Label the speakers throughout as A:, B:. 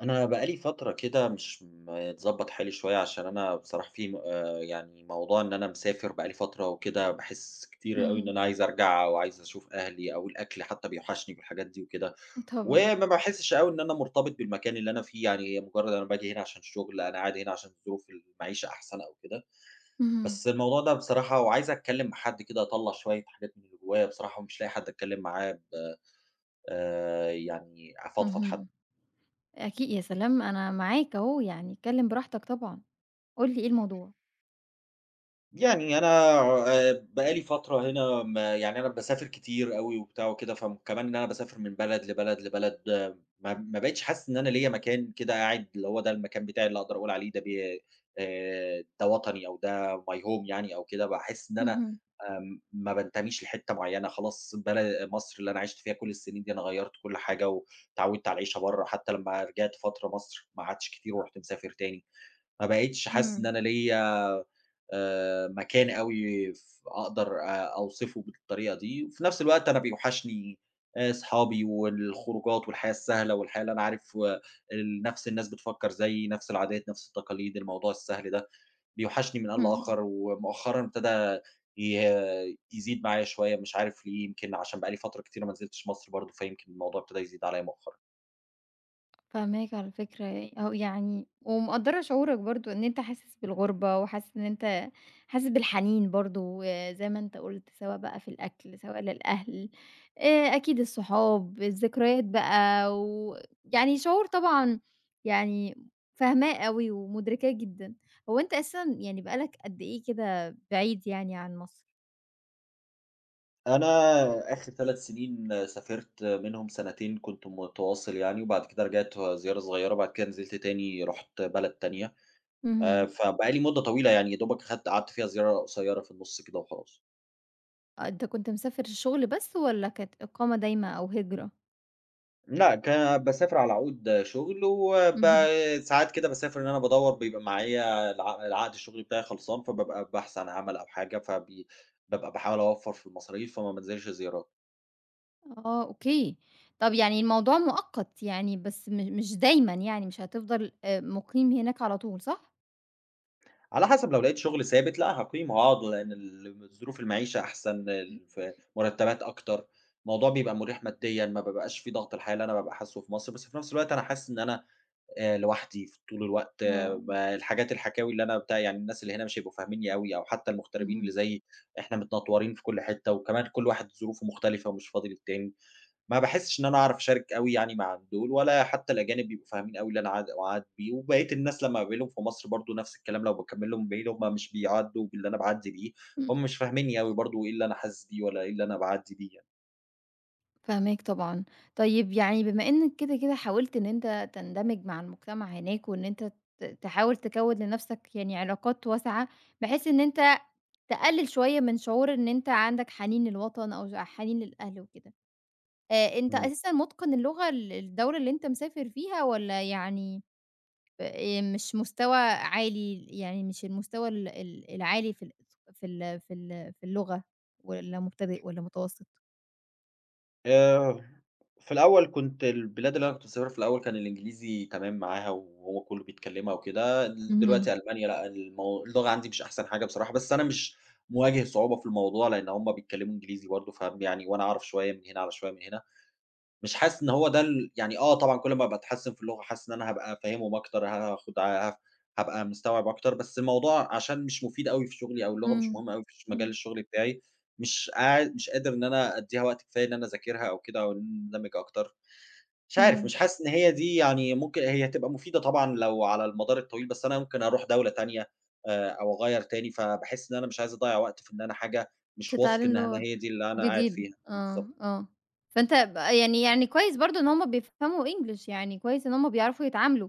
A: أنا بقى لي فترة كده مش متضبّط حالي شوية، عشان أنا بصراحة في م يعني موضوع إن أنا مسافر بقى لي فترة وكده، باحس كتير أوي إن
B: اهم،
A: أنا عايز أرجع وعايز أشوف أهلي أو الأكل حتى بيوحشني والحاجات دي وكده،
B: طبعًا،
A: وما باحسش أوي إن أنا مرتبط بالمكان اللي أنا فيه، يعني مجرّد أنا باجي هنا عشان الشغل، أنا قاعد هنا عشان ظروف المعيشة أحسن أو كده.
B: اهم،
A: بس الموضوع ده بصراحة وعايز أتكلّم مع حد كده أطلّع شوية حاجات من اللي جوايا بصراحة ومش لاقي حد أتكلّم معاه ب يعني أفضفض حتى.
B: اهم، أكيد يا سلام أنا معاك أهو، يعني اتكلم براحتك طبعًا، قُل لي إيه الموضوع؟
A: يعني أنا بقى لي فترة هنا يعني أنا باسافر كتير أوي وبتاع وكده، فكمان إن أنا باسافر من بلد لبلد، ما بقيتش حاسس إن أنا ليّا مكان كده قاعد اللي هو ده المكان بتاعي اللي أقدر أقول عليه ده وطني أو ده my home يعني أو كده، باحس إن أنا
B: اهم،
A: ما بانتميش لحتة معيّنة، خلاص بل مصر اللي أنا عِشت فيها كل السنين دي أنا غيّرت كل حاجة واتعوّدت على العيشة برّه، حتى لمّا رجعت فترة مصر ما قعدتش كتير ورُحت مسافر تاني. ما بقيتش حاسس إن
B: إمم،
A: أنا ليّا مكان أوي أقدر أوصفه بالطريقة دي، وفي نفس الوقت أنا بيوحشني صحابي والخروجات والحياة السهلة والحياة اللي أنا عارف، نفس الناس بتفكّر زيي، نفس العادات، نفس التقاليد، الموضوع السهل ده، بيوحشني من آن
B: اهم.
A: لآخر، ومؤخرًا ابتدى يزيد معايا شوية مش عارف ليه، يمكن عشان بقى لي فترة كتيرة ما نزلتش مصر برضه، فيمكن الموضوع ابتدى يزيد عليّا مؤخرًا.
B: فاهماك على فكرة، أو يعني ومقدّرة شعورك برضه إن أنت حاسس بالغُربة وحاسس إن أنت حاسس بالحنين برضه زي ما أنت قُلت، سواء بقى في الأكل، سواء للأهل، أكيد الصحاب، الذكريات بقى ويعني شعور طبعًا يعني فاهماه أوي ومُدركاه جدًا. هو أنت أساسًا يعني بقى لك قد إيه كده بعيد يعني عن مصر؟
A: أنا آخر 3 سنين سافرت منهم سنتين كنت متواصل يعني، وبعد كده رجعت زيارة صغيرة، وبعد كده نزلت تاني رُحت بلد تانية،
B: اهم.
A: فبقى لي مدة طويلة يعني يا دوبك خدت قعدت فيها زيارة قصيرة في النُص كده وخلاص.
B: أنت كنت مسافر الشغل بس والّا كانت إقامة دايمة أو هجرة؟
A: لأ، باسافر على عقود شغل،
B: اهم.
A: ساعات كده باسافر إن أنا بادوّر بيبقى معايا العقد الشغل بتاعي خلصان، فبابقى باحث عن عمل أو حاجة، بابقى باحاول أوفّر في المصاريف، فما بانزلش زيارات.
B: آه أوكي. طب يعني الموضوع مؤقت يعني بس مش دايمًا يعني مش هتفضل مُقيم هناك على طول صح؟
A: على حسب لو لقيت شغل ثابت لأ هاقيم هاقعد لأن ظروف المعيشة أحسن، ال ف مرتبات أكتر، الموضوع بيبقى مريح ماديًا، ما بابقاش في ضغط الحياة اللي أنا بابقى حاسُّه في مصر، بس في نفس الوقت أنا حاسس إن أنا لوحدي طول الوقت،
B: آه.
A: الحاجات الحكاوي اللي أنا بتاع يعني الناس اللي هنا مش هيبقوا فاهمينّي أوي أو حتى المغتربين اللي
B: اهم.
A: زيي، إحنا متنطورين في كل حتة وكمان كل واحد ظروفه مختلفة ومش فاضي للتاني. ما باحسّش إن أنا أعرف أشارك أوي يعني مع دول، ولا حتّى الأجانب بيبقوا فاهمين أوي اللي أنا عاد باعدّي بيه، وبقية الناس لمّا باقابلهم في مصر برضه نفْس الكلام لو باكمّل لهم الباقيين هم مش بيعدّوا باللي أنا باعدّي بيه،
B: إمم.
A: هم مش فاهمينّي أوي برضه إيه اللي أنا حاسس بيه ولا إيه اللي أنا باعدّي بيه يعني.
B: فاهماك طبعًا. طيب يعني بما إنّك كده، حاولت إن أنت تندمج مع المجتمع هناك وإن أنت تحاول تكوّن لنَفْسك يعني علاقات واسعة بحيث إن أنت تقلِّل شوية من شعور إن أنت عندك حنين للوطن أو حنين للأهل وكده. أنت
A: إمم.
B: أساسًا مُتقِن اللغة الدولة اللي أنت مسافر فيها والّا يعني ف مش مستوى عالي، يعني مش المستوى ال ال العالي في اللغة والّا مبتدئ والّا متوسط؟
A: آآ في الأول كنت البلاد اللي أنا كنت مسافرها في الأول كان الإنجليزي تمام معاها وهو كلّه بيتكلّمها وكده،
B: اهم.
A: دلوقتي ألمانيا لأ، اللغة عندي مش أحسن حاجة بصراحة، بس أنا مش مواجه صعوبة في الموضوع لإن هم بيتكلّموا إنجليزي برضه يعني وأنا أعرف شوية من هنا على شوية من هنا. مش حاسس إن هو ده يعني آه طبعًا كل ما باتحسّن في اللغة حاسس إن أنا هابقى فاهمهم أكتر، هاخد ه هابقى مستوعب أكتر، بس الموضوع عشان مش مفيد أوي في شغلي أو اللغة مش
B: إمم.
A: مهمة أوي في مجال
B: إمم.
A: الشغل بتاعي، مش قادر إن أنا أدّيها وقت كفاية إن أنا أذاكرها أو كده أو إن أنا أندمج أكتر، مش عارف
B: اهم.
A: مش حاسس إن هي دي يعني ممكن هي هتبقى مفيدة طبعًا لو على المدار الطويل، بس أنا ممكن أروح دولة تانية أو أغيّر تاني، فباحس إن أنا مش عايز أضيّع وقت في إن أنا حاجة مش واثق
B: تتعلم
A: إن أنا
B: لغة
A: هي دي اللي أنا قاعد
B: جديدة.
A: فيها.
B: آه،
A: بالضبط.
B: آه. فأنت يعني كويس برضه إن هُم بيفهموا English، يعني كويس إن هُم بيعرفوا يتعاملوا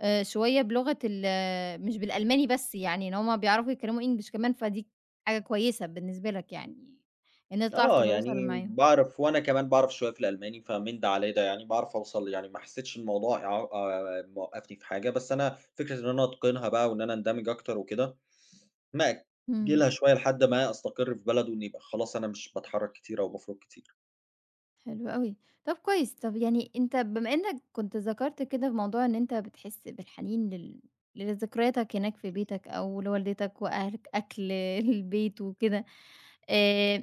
B: شوية بلغة مش بالألماني بس يعني، إن هُم بيعرفوا يتكلموا English كمان، فدي حاجة كويسة بالنسبة لك يعني، إن أنت تعرف
A: آه،
B: تتواصل
A: يعني
B: معاهم.
A: باعرف وأنا كمان باعرف شوية في الألماني، فمن ده على ده يعني باعرف أوصل يعني ما حسيتش الموضوع يع موقّفني في حاجة، بس أنا فكرة إن أنا أتقنها بقى وإن أنا أندمج أكتر وكده،
B: إمم.
A: مأجّلها شوية لحد ما أستقر في بلد وإني يبقى خلاص أنا مش باتحرّك كتير أو بافرُك كتير.
B: حلو أوي. طب كويس، طب يعني أنت بما إنك كنت ذكرت كده في موضوع إن أنت بتحس بالحنين لذكرياتك هناك في بيتك أو لوالدتك وأهلك، أكل البيت وكده، آآ،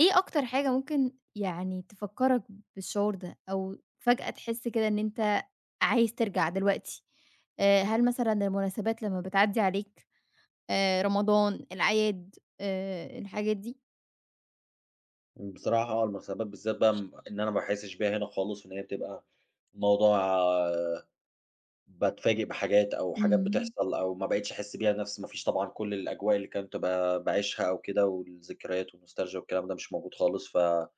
B: إيه أكتر حاجة ممكن يعني تفكّرك بالشعور ده، أو فجأة تحس كده إن أنت عايز ترجع دلوقتي؟ هل مثلًا المناسبات لمّا بتعدّي عليك، رمضان، الأعياد، الحاجات دي؟
A: بصراحة آه، المرتبات بالذات بقى إن أنا ما باحسّش بيها هنا خالص وإن هي بتبقى موضوع باتفاجئ بحاجات أو حاجات
B: إمم،
A: بتحصل أو ما بقيتش أحس بيها نفس ما فيش طبعًا كل الأجواء اللي كنت باعيشها أو كده، والذكريات والنوستالجيا والكلام ده مش موجود خالص، فلأ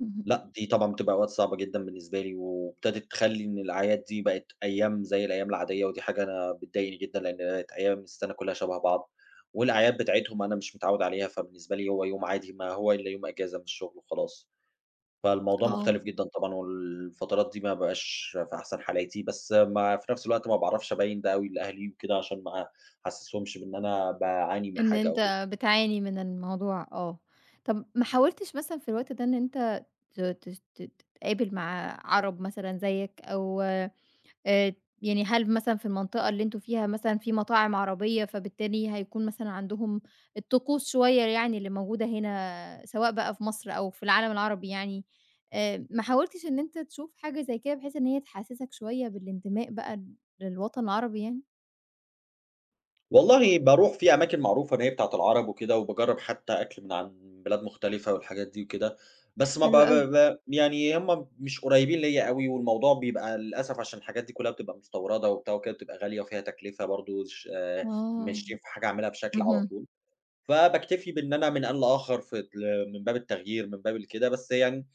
B: اهم،
A: دي طبعًا بتبقى أوقات صعبة جدًا بالنسبة لي، وابتدت تخلّي إن الأعياد دي بقت أيام زي الأيام العادية، ودي حاجة أنا بتضايقني جدًا لأن بقت أيام السنة كلها شبه بعض، والأعياد بتاعتهم أنا مش متعود عليها، فبالنسبة لي هو يوم عادي ما هو إلا يوم إجازة من الشغل وخلاص. فالموضوع
B: آه.
A: مختلف جدًا طبعًا، والفترات دي ما بابقاش في أحسن حالاتي، بس ما في نفس الوقت ما باعرفش أبيّن ده أوي لأهلي وكده عشان ما أحسسهمش بإن أنا باعاني من
B: إن
A: حاجة أو كده.
B: أنت بتعاني من الموضوع آه. طَب ما حاولتش مثلًا في الوقت ده إن أنت ت تش ت تتقابل مع عرب مثلًا زيّك أو يعني هل مثلًا في المنطقة اللي أنتم فيها مثلًا في مطاعم عربية، فبالتالي هيكون مثلًا عندهم الطقوس شوية يعني اللي موجودة هنا سواء بقى في مصر أو في العالم العربي يعني، ما حاولتش إن أنت تشوف حاجة زي كده بحيث إن هي تحسّسك شوية بالانتماء بقى للوطن العربي يعني؟
A: والله باروح في أماكن معروفة إن هي بتاعة العرب وكده، وباجرّب حتى أكل من عن بلاد مختلفة والحاجات دي وكده، بس ما ب
B: حلو أوي.
A: ب ب يعني هم مش قريبين ليّا أوي، والموضوع بيبقى للأسف عشان الحاجات دي كلها بتبقى مستوردة وبتاع وكده، بتبقى غالية وفيها تكلفة برضه
B: آه.
A: مش ينفع حاجة أعملها بشكل على
B: اهم.
A: طول. فباكتفي بإن أنا من آن لآخر في من باب التغيير، من باب الكده، بس يعني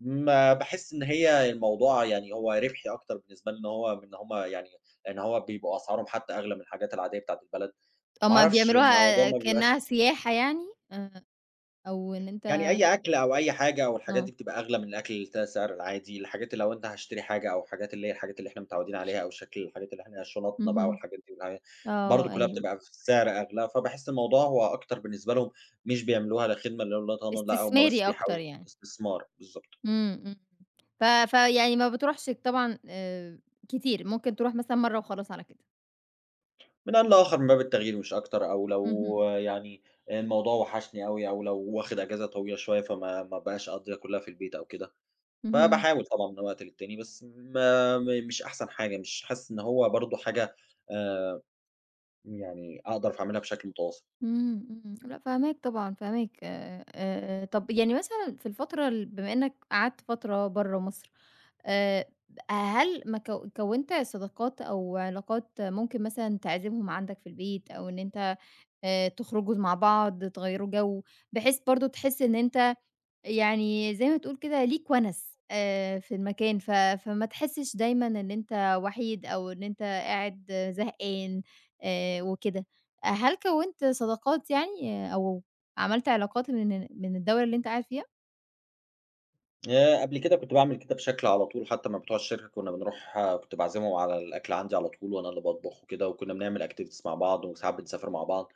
A: ما باحس إن هي الموضوع يعني هو ربحي أكتر بالنسبة لي إن هو من إن هم يعني لإن هو بيبقوا أسعارهم حتى أغلى من الحاجات العادية بتاعة البلد، ما
B: هُم
A: أعرفش الموضوع
B: بيعملوها
A: ما بيبقاش
B: كأنها سياحة يعني آآ، أو إن
A: يعني
B: أنت
A: أي أكل أو أي حاجة أو الحاجات
B: آه،
A: دي بتبقى أغلى من الأكل اللي ده سعر العادي، الحاجات اللي لو أنت هاشتري حاجة أو حاجات اللي هي الحاجات اللي إحنا متعودين عليها أو شكل الحاجات اللي إحنا شنطنا بقى
B: اهم،
A: والحاجات دي والحاجات
B: آه
A: برضه كلّها
B: أيوه،
A: بتبقى في سعر أغلى، فباحس الموضوع هو أكتر بالنسبة لهم مش بيعملوها لا خدمة لولا طبعًا لأ هُم بس
B: استثماري أكتر
A: بيحاولوا
B: يعني،
A: استثمار، بالضبط.
B: إمم، إمم، ف فيعني ما بتروحش طبعًا كتير، ممكن تروح مثلًا مرّة وخلاص على كده،
A: من آن لآخر من باب التغيير مش أكتر، أو
B: اهم،
A: لو يعني الموضوع وحشني أوي أو لو واخد أجازة طويلة شوية فما ما بقاش أقضيها كلّها في البيت أو كده.
B: اهم،
A: فباحاول طبعًا من وقت للتاني، بس ما م مش أحسن حاجة، مش حاسس إن هو برضه حاجة آآ، يعني أقدر أعملها بشكل متواصل.
B: إمم، إمم، لأ فاهماك طبعًا، فاهماك طب يعني مثلًا في الفترة بما إنك قعدت فترة برّه مصر آآ، هل ما كوّنت صداقات أو علاقات ممكن مثلًا تعزمهم عندك في البيت أو إن أنت تخرجوا مع بعض تغيّروا جو، بحيث برضه تحس إن أنت يعني زي ما تقول كده ليك وَنَس في المكان فما تحسّش دايمًا إن أنت وحيد أو إن أنت قاعد زهقان وكده. هل كوّنت صداقات يعني آه، أو عملت علاقات من الدولة اللي أنت قاعد فيها؟
A: قبل كده كنت باعمل كده بشكل على طول، حتى مع بتوع الشركة كنا بنروح، كنت باعزمهم على الأكل عندي على طول وأنا اللي باطبخ وكده، وكنا بنعمل activities مع بعض، وساعات بنسافر مع بعض.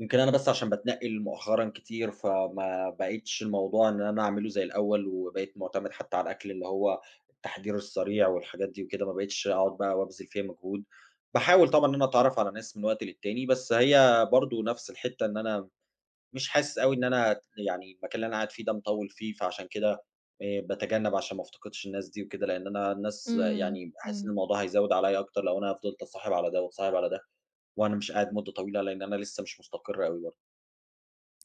A: يمكن أنا بس عشان باتنقل مؤخرًا كتير، فما بقيتش الموضوع إن أنا أعمله زي الأول، وبقيت معتمد حتى على الأكل اللي هو التحضير السريع والحاجات دي وكده، ما بقيتش أقعد بقى وأبذل فيها مجهود. باحاول طبعًا إن أنا أتعرّف على ناس من وقت للتاني، بس هي برضه نفس الحتّة إن أنا مش حاسس أوي إن أنا يعني المكان اللي أنا قاعد فيه ده مطوّل فيه، فعشان كده باتجنّب عشان ما افتقدش الناس دي وكده، لإن أنا الناس
B: إمم،
A: يعني باحس إن
B: إمم.
A: الموضوع هيزوّد عليّا أكتر لو أنا فضلت أتصاحب على ده وأتصاحب على ده، وأنا مش قاعد مدة طويلة، لإن أنا لسه مش مستقر أوي برضه.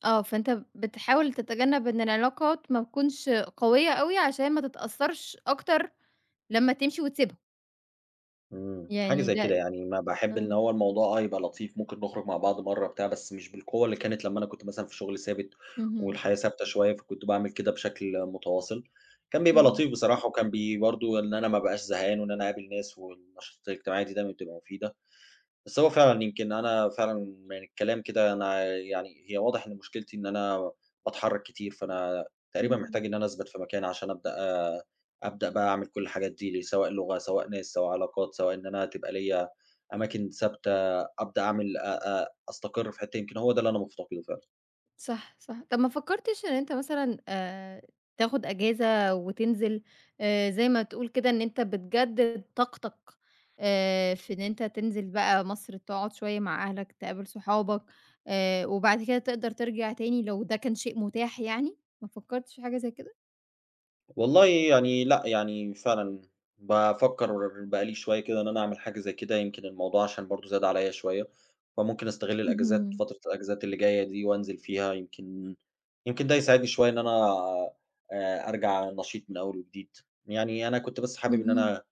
B: آه، فأنت بتحاول تتجنب إن العلاقات ما تكونش قوية أوي، عشان ما تتأثّرش أكتر لمّا تمشي وتسيبها،
A: حاجة
B: يعني
A: زي كده
B: ده
A: يعني ما باحب
B: آه،
A: إن هو الموضوع، يبقى لطيف ممكن نخرج مع بعض مرّة بتاع، بس مش بالقوة اللي كانت لمّا أنا كنت مثلًا في شغل ثابت،
B: اهم،
A: والحياة ثابتة شوية، فكنت باعمل كده بشكل متواصل، كان بيبقى
B: اهم،
A: لطيف بصراحة، وكان برضه إن أنا ما ابقاش زهقان، وإن أنا اقابل ناس، والنشاطات الاجتماعية دي دايمًا بتبقى مفيدة. بس هو فعلًا يمكن أنا فعلًا من الكلام كده أنا يعني هي واضح إن مشكلتي إن أنا باتحرّك كتير، فأنا تقريبًا
B: اهم،
A: محتاج إن أنا أثبت في مكان عشان أ- أبدأ بقى أعمل كل الحاجات دي، لي، سواء لغة، سواء ناس، سواء علاقات، سواء إن أنا تبقى ليّا أماكن ثابتة، أبدأ أعمل أ أ أستقر في حتّة، يمكن هو ده اللي أنا مفتقده فعلًا.
B: صح، صح. طَب ما فكّرتش إن أنت مثلًا تاخد إجازة وتنزل زي ما تقول كده إن أنت بتجدد طاقتك في إن أنت تنزل بقى مصر، تقعد شوية مع أهلك، تقابل صحابك وبعد كده تقدر ترجع تاني لو ده كان شيء متاح يعني، ما فكّرتش في حاجة زي كده؟
A: والله يعني لأ، يعني فعلًا بافكّر بقى لي شوية كده إن أنا أعمل حاجة زي كده، يمكن الموضوع عشان برضه زاد عليَّ شوية، فممكن أستغل الأجازات
B: اهم،
A: فترة الأجازات اللي جاية دي وأنزل فيها يمكن ده يساعدني شوية إن أنا أرجع نشيط من أول وجديد. يعني أنا كنت بس حابب إن
B: اهم.
A: أنا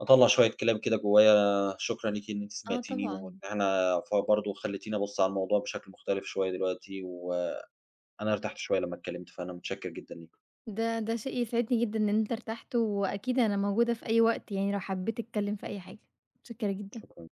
A: أطلّع شوية كلام كده جوايا، شكرًا ليكِ إن أنتِ
B: آه
A: سمعتيني وإن
B: طبعًا،
A: إحنا برضه خلّيتيني أبُص على الموضوع بشكل مختلف شوية دلوقتي، وأنا ارتحت شوية لمّا اتكلمت، فأنا متشكر جدًا ليكِ.
B: ده شيء يسعدني جدًا إن أنت ارتحت، وأكيد أنا موجودة في أي وقت يعني لو حبيت تتكلم في أي حاجة، متشكرة جدًا.
A: شكرًا.